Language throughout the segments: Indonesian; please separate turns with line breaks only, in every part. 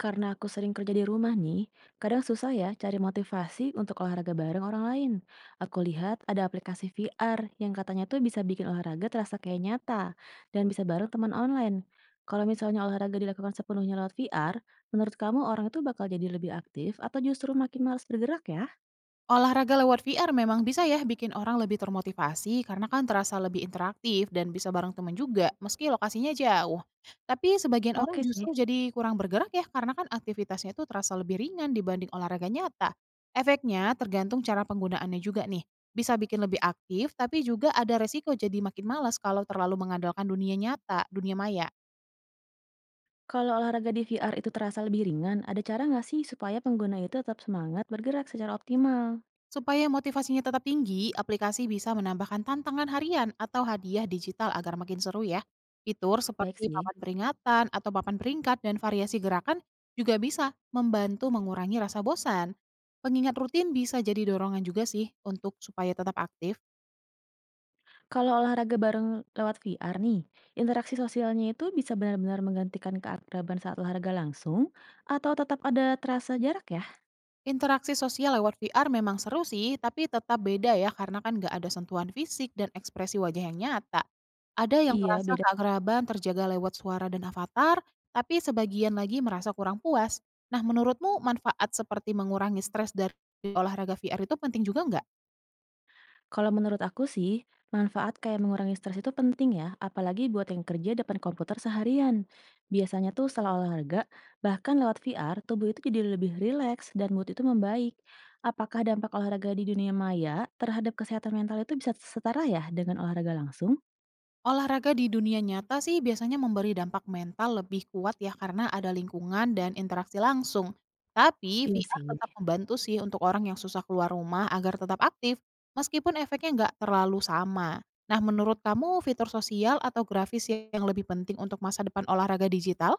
Karena aku sering kerja di rumah nih, kadang susah ya cari motivasi untuk olahraga bareng orang lain. Aku lihat ada aplikasi VR yang katanya tuh bisa bikin olahraga terasa kayak nyata dan bisa bareng teman online. Kalau misalnya olahraga dilakukan sepenuhnya lewat VR, menurut kamu orang itu bakal jadi lebih aktif atau justru makin malas bergerak ya?
Olahraga lewat VR memang bisa ya bikin orang lebih termotivasi karena kan terasa lebih interaktif dan bisa bareng temen juga meski lokasinya jauh. Tapi sebagian orang
Oke sih.
justru jadi kurang bergerak ya karena kan aktivitasnya itu terasa lebih ringan dibanding olahraga nyata. Efeknya tergantung cara penggunaannya juga nih. Bisa bikin lebih aktif tapi juga ada resiko jadi makin malas kalau terlalu mengandalkan dunia nyata, dunia maya.
Kalau olahraga di VR itu terasa lebih ringan, ada cara nggak sih supaya pengguna itu tetap semangat bergerak secara optimal?
Supaya motivasinya tetap tinggi, aplikasi bisa menambahkan tantangan harian atau hadiah digital agar makin seru ya. Fitur
Baik
seperti
sih.
papan peringatan atau papan peringkat dan variasi gerakan juga bisa membantu mengurangi rasa bosan. Pengingat rutin bisa jadi dorongan juga sih untuk supaya tetap aktif.
Kalau olahraga bareng lewat VR nih, interaksi sosialnya itu bisa benar-benar menggantikan keakraban saat olahraga langsung atau tetap ada terasa jarak ya?
Interaksi sosial lewat VR memang seru sih, tapi tetap beda ya karena kan nggak ada sentuhan fisik dan ekspresi wajah yang nyata. Ada yang
Iya,
merasa
beda.
keakraban terjaga lewat suara dan avatar, tapi sebagian lagi merasa kurang puas. Nah, menurutmu manfaat seperti mengurangi stres dari olahraga VR itu penting juga nggak?
Kalau menurut aku sih, manfaat kayak mengurangi stres itu penting ya, apalagi buat yang kerja depan komputer seharian. Biasanya tuh setelah olahraga, bahkan lewat VR, tubuh itu jadi lebih rileks dan mood itu membaik. Apakah dampak olahraga di dunia maya terhadap kesehatan mental itu bisa setara ya dengan olahraga langsung?
Olahraga di dunia nyata sih biasanya memberi dampak mental lebih kuat ya karena ada lingkungan dan interaksi langsung. Tapi
Iya
VR
sih.
tetap membantu sih untuk orang yang susah keluar rumah agar tetap aktif, meskipun efeknya nggak terlalu sama. Nah, menurut kamu fitur sosial atau grafis yang lebih penting untuk masa depan olahraga digital?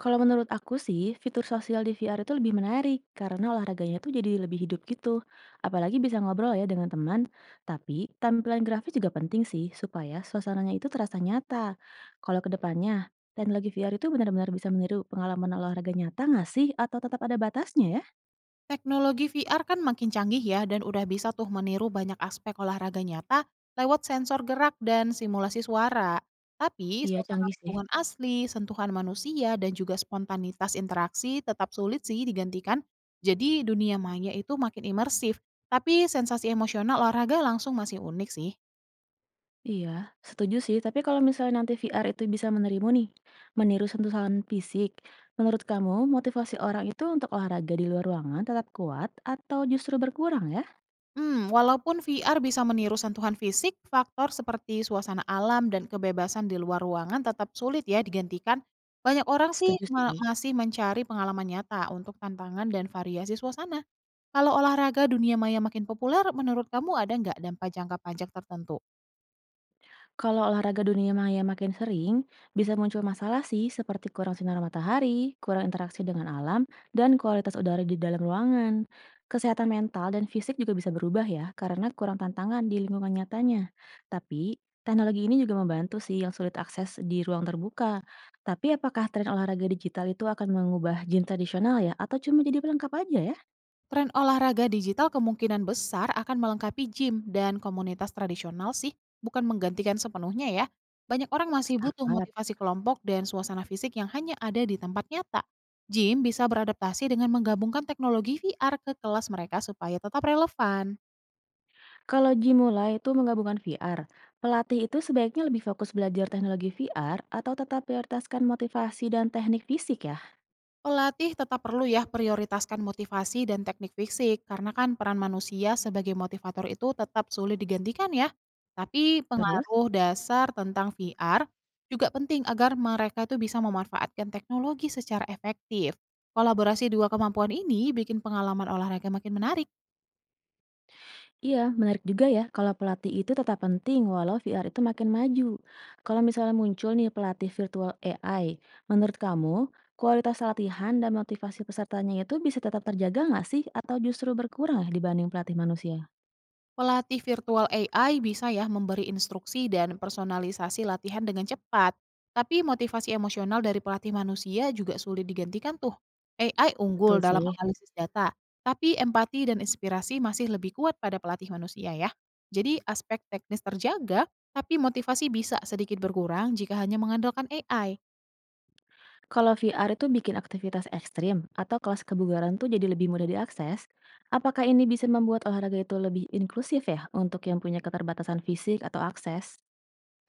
Kalau menurut aku sih, fitur sosial di VR itu lebih menarik karena olahraganya tuh jadi lebih hidup gitu. Apalagi bisa ngobrol ya dengan teman. Tapi tampilan grafis juga penting sih supaya suasananya itu terasa nyata. Kalau kedepannya, teknologi VR itu benar-benar bisa meniru pengalaman olahraga nyata nggak sih? Atau tetap ada batasnya ya?
Teknologi VR kan makin canggih ya dan udah bisa tuh meniru banyak aspek olahraga nyata lewat sensor gerak dan simulasi suara. Tapi
Iya,
suasana
canggih sih.
lingkungan asli, sentuhan manusia, dan juga spontanitas interaksi tetap sulit sih digantikan. Jadi dunia maya itu makin imersif. Tapi sensasi emosional olahraga langsung masih unik sih.
Iya, setuju sih. Tapi kalau misalnya nanti VR itu bisa menerimu nih, meniru sentuhan fisik, menurut kamu motivasi orang itu untuk olahraga di luar ruangan tetap kuat atau justru berkurang ya?
Hmm, walaupun VR bisa meniru sentuhan fisik, faktor seperti suasana alam dan kebebasan di luar ruangan tetap sulit ya digantikan. Banyak orang sih
Setuju sih.
masih mencari pengalaman nyata untuk tantangan dan variasi suasana. Kalau olahraga dunia maya makin populer, menurut kamu ada nggak dampak jangka panjang tertentu?
Kalau olahraga dunia maya makin sering, bisa muncul masalah sih seperti kurang sinar matahari, kurang interaksi dengan alam, dan kualitas udara di dalam ruangan. Kesehatan mental dan fisik juga bisa berubah ya, karena kurang tantangan di lingkungan nyatanya. Tapi, teknologi ini juga membantu sih yang sulit akses di ruang terbuka. Tapi apakah tren olahraga digital itu akan mengubah gym tradisional ya, atau cuma jadi pelengkap aja ya?
Tren olahraga digital kemungkinan besar akan melengkapi gym dan komunitas tradisional sih, bukan menggantikan sepenuhnya ya. Banyak orang masih butuh
Sepakat.
motivasi kelompok dan suasana fisik yang hanya ada di tempat nyata. Gym bisa beradaptasi dengan menggabungkan teknologi VR ke kelas mereka supaya tetap relevan.
Kalau ji mulai itu menggabungkan VR, pelatih itu sebaiknya lebih fokus belajar teknologi VR atau tetap prioritaskan motivasi dan teknik fisik ya?
Pelatih tetap perlu ya prioritaskan motivasi dan teknik fisik, karena kan peran manusia sebagai motivator itu tetap sulit digantikan ya. Tapi
Terus?
pengaruh dasar tentang VR juga penting agar mereka itu bisa memanfaatkan teknologi secara efektif. Kolaborasi dua kemampuan ini bikin pengalaman olahraga makin menarik.
Iya, menarik juga ya kalau pelatih itu tetap penting walau VR itu makin maju. Kalau misalnya muncul nih pelatih virtual AI, menurut kamu kualitas latihan dan motivasi pesertanya itu bisa tetap terjaga nggak sih atau justru berkurang ya dibanding pelatih manusia?
Pelatih virtual AI bisa ya memberi instruksi dan personalisasi latihan dengan cepat. Tapi motivasi emosional dari pelatih manusia juga sulit digantikan tuh. AI unggul
Betul
dalam
sih.
analisis data, tapi empati dan inspirasi masih lebih kuat pada pelatih manusia ya. Jadi aspek teknis terjaga, tapi motivasi bisa sedikit berkurang jika hanya mengandalkan AI.
Kalau VR itu bikin aktivitas ekstrim atau kelas kebugaran tuh jadi lebih mudah diakses, apakah ini bisa membuat olahraga itu lebih inklusif ya untuk yang punya keterbatasan fisik atau akses?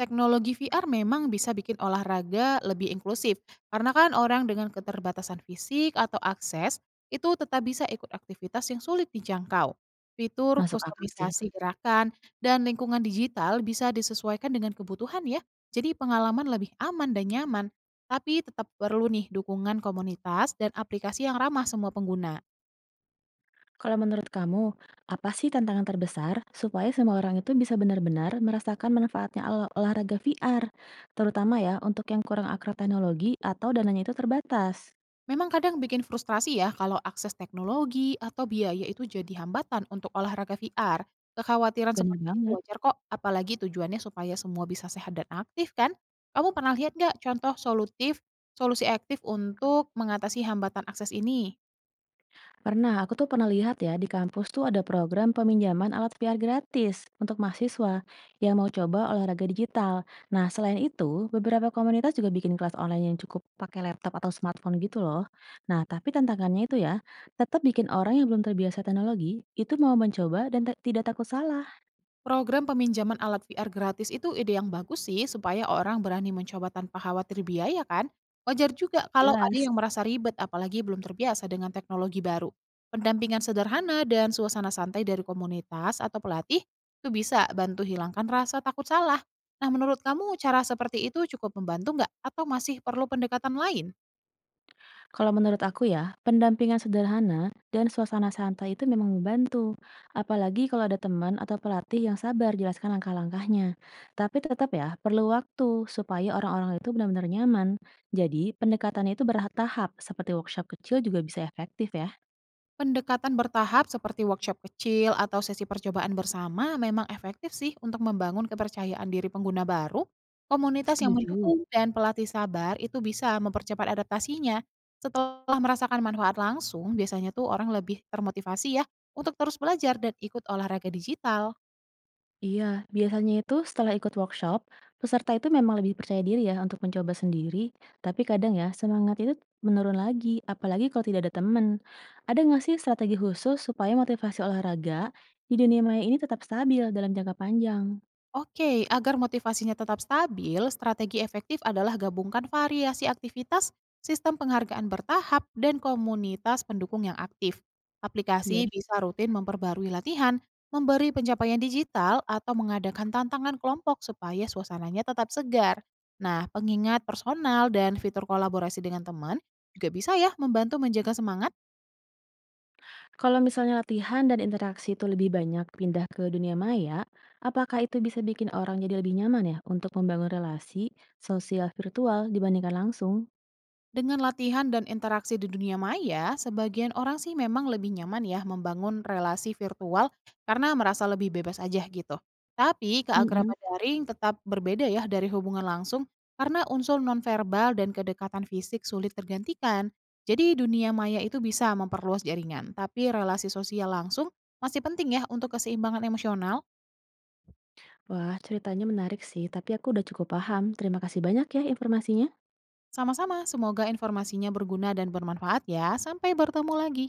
Teknologi VR memang bisa bikin olahraga lebih inklusif, karena kan orang dengan keterbatasan fisik atau akses itu tetap bisa ikut aktivitas yang sulit dijangkau. Fitur
Masuk akal sih.
kustomisasi gerakan dan lingkungan digital bisa disesuaikan dengan kebutuhan ya, jadi pengalaman lebih aman dan nyaman. Tapi tetap perlu nih dukungan komunitas dan aplikasi yang ramah semua pengguna.
Kalau menurut kamu, apa sih tantangan terbesar supaya semua orang itu bisa benar-benar merasakan manfaatnya olahraga VR, terutama ya untuk yang kurang akrab teknologi atau dananya itu terbatas?
Memang kadang bikin frustrasi ya kalau akses teknologi atau biaya itu jadi hambatan untuk olahraga VR. Kekhawatiran
Bener
seperti itu
banget.
wajar kok, apalagi tujuannya supaya semua bisa sehat dan aktif kan? Kamu pernah lihat nggak contoh solutif, solusi aktif untuk mengatasi hambatan akses ini?
Pernah, aku tuh pernah lihat ya, di kampus tuh ada program peminjaman alat VR gratis untuk mahasiswa yang mau coba olahraga digital. Nah, selain itu, beberapa komunitas juga bikin kelas online yang cukup pakai laptop atau smartphone gitu loh. Nah, tapi tantangannya itu ya, tetap bikin orang yang belum terbiasa teknologi itu mau mencoba dan tidak takut salah.
Program peminjaman alat VR gratis itu ide yang bagus sih supaya orang berani mencoba tanpa khawatir biaya kan. Wajar juga kalau ada
Jelas.
yang merasa ribet apalagi belum terbiasa dengan teknologi baru. Pendampingan sederhana dan suasana santai dari komunitas atau pelatih itu bisa bantu hilangkan rasa takut salah. Nah, menurut kamu cara seperti itu cukup membantu nggak atau masih perlu pendekatan lain?
Kalau menurut aku ya, pendampingan sederhana dan suasana santai itu memang membantu. Apalagi kalau ada teman atau pelatih yang sabar jelaskan langkah-langkahnya. Tapi tetap ya, perlu waktu supaya orang-orang itu benar-benar nyaman. Jadi, pendekatannya itu bertahap, seperti workshop kecil juga bisa efektif ya.
Pendekatan bertahap seperti workshop kecil atau sesi percobaan bersama memang efektif sih untuk membangun kepercayaan diri pengguna baru. Komunitas yang mendukung
Setuju.
dan pelatih sabar itu bisa mempercepat adaptasinya. Setelah merasakan manfaat langsung, biasanya tuh orang lebih termotivasi ya untuk terus belajar dan ikut olahraga digital.
Iya, biasanya itu setelah ikut workshop, peserta itu memang lebih percaya diri ya untuk mencoba sendiri, tapi kadang ya semangat itu menurun lagi, apalagi kalau tidak ada teman. Ada nggak sih strategi khusus supaya motivasi olahraga di dunia maya ini tetap stabil dalam jangka panjang?
Oke, agar motivasinya tetap stabil, strategi efektif adalah gabungkan variasi aktivitas, sistem penghargaan bertahap, dan komunitas pendukung yang aktif. Aplikasi
Jadi,
bisa rutin memperbarui latihan, memberi pencapaian digital, atau mengadakan tantangan kelompok supaya suasananya tetap segar. Nah, pengingat personal dan fitur kolaborasi dengan teman juga bisa ya membantu menjaga semangat.
kalau misalnya latihan dan interaksi itu lebih banyak pindah ke dunia maya, apakah itu bisa bikin orang jadi lebih nyaman ya untuk membangun relasi sosial virtual dibandingkan langsung?
Dengan latihan dan interaksi di dunia maya, sebagian orang sih memang lebih nyaman ya membangun relasi virtual karena merasa lebih bebas aja gitu. Tapi
Mm-mm.
keakraban daring tetap berbeda ya dari hubungan langsung karena unsur nonverbal dan kedekatan fisik sulit tergantikan. Jadi dunia maya itu bisa memperluas jaringan, tapi relasi sosial langsung masih penting ya untuk keseimbangan emosional.
Wah, ceritanya menarik sih, tapi aku udah cukup paham. Terima kasih banyak ya informasinya.
Sama-sama, semoga informasinya berguna dan bermanfaat ya. Sampai bertemu lagi.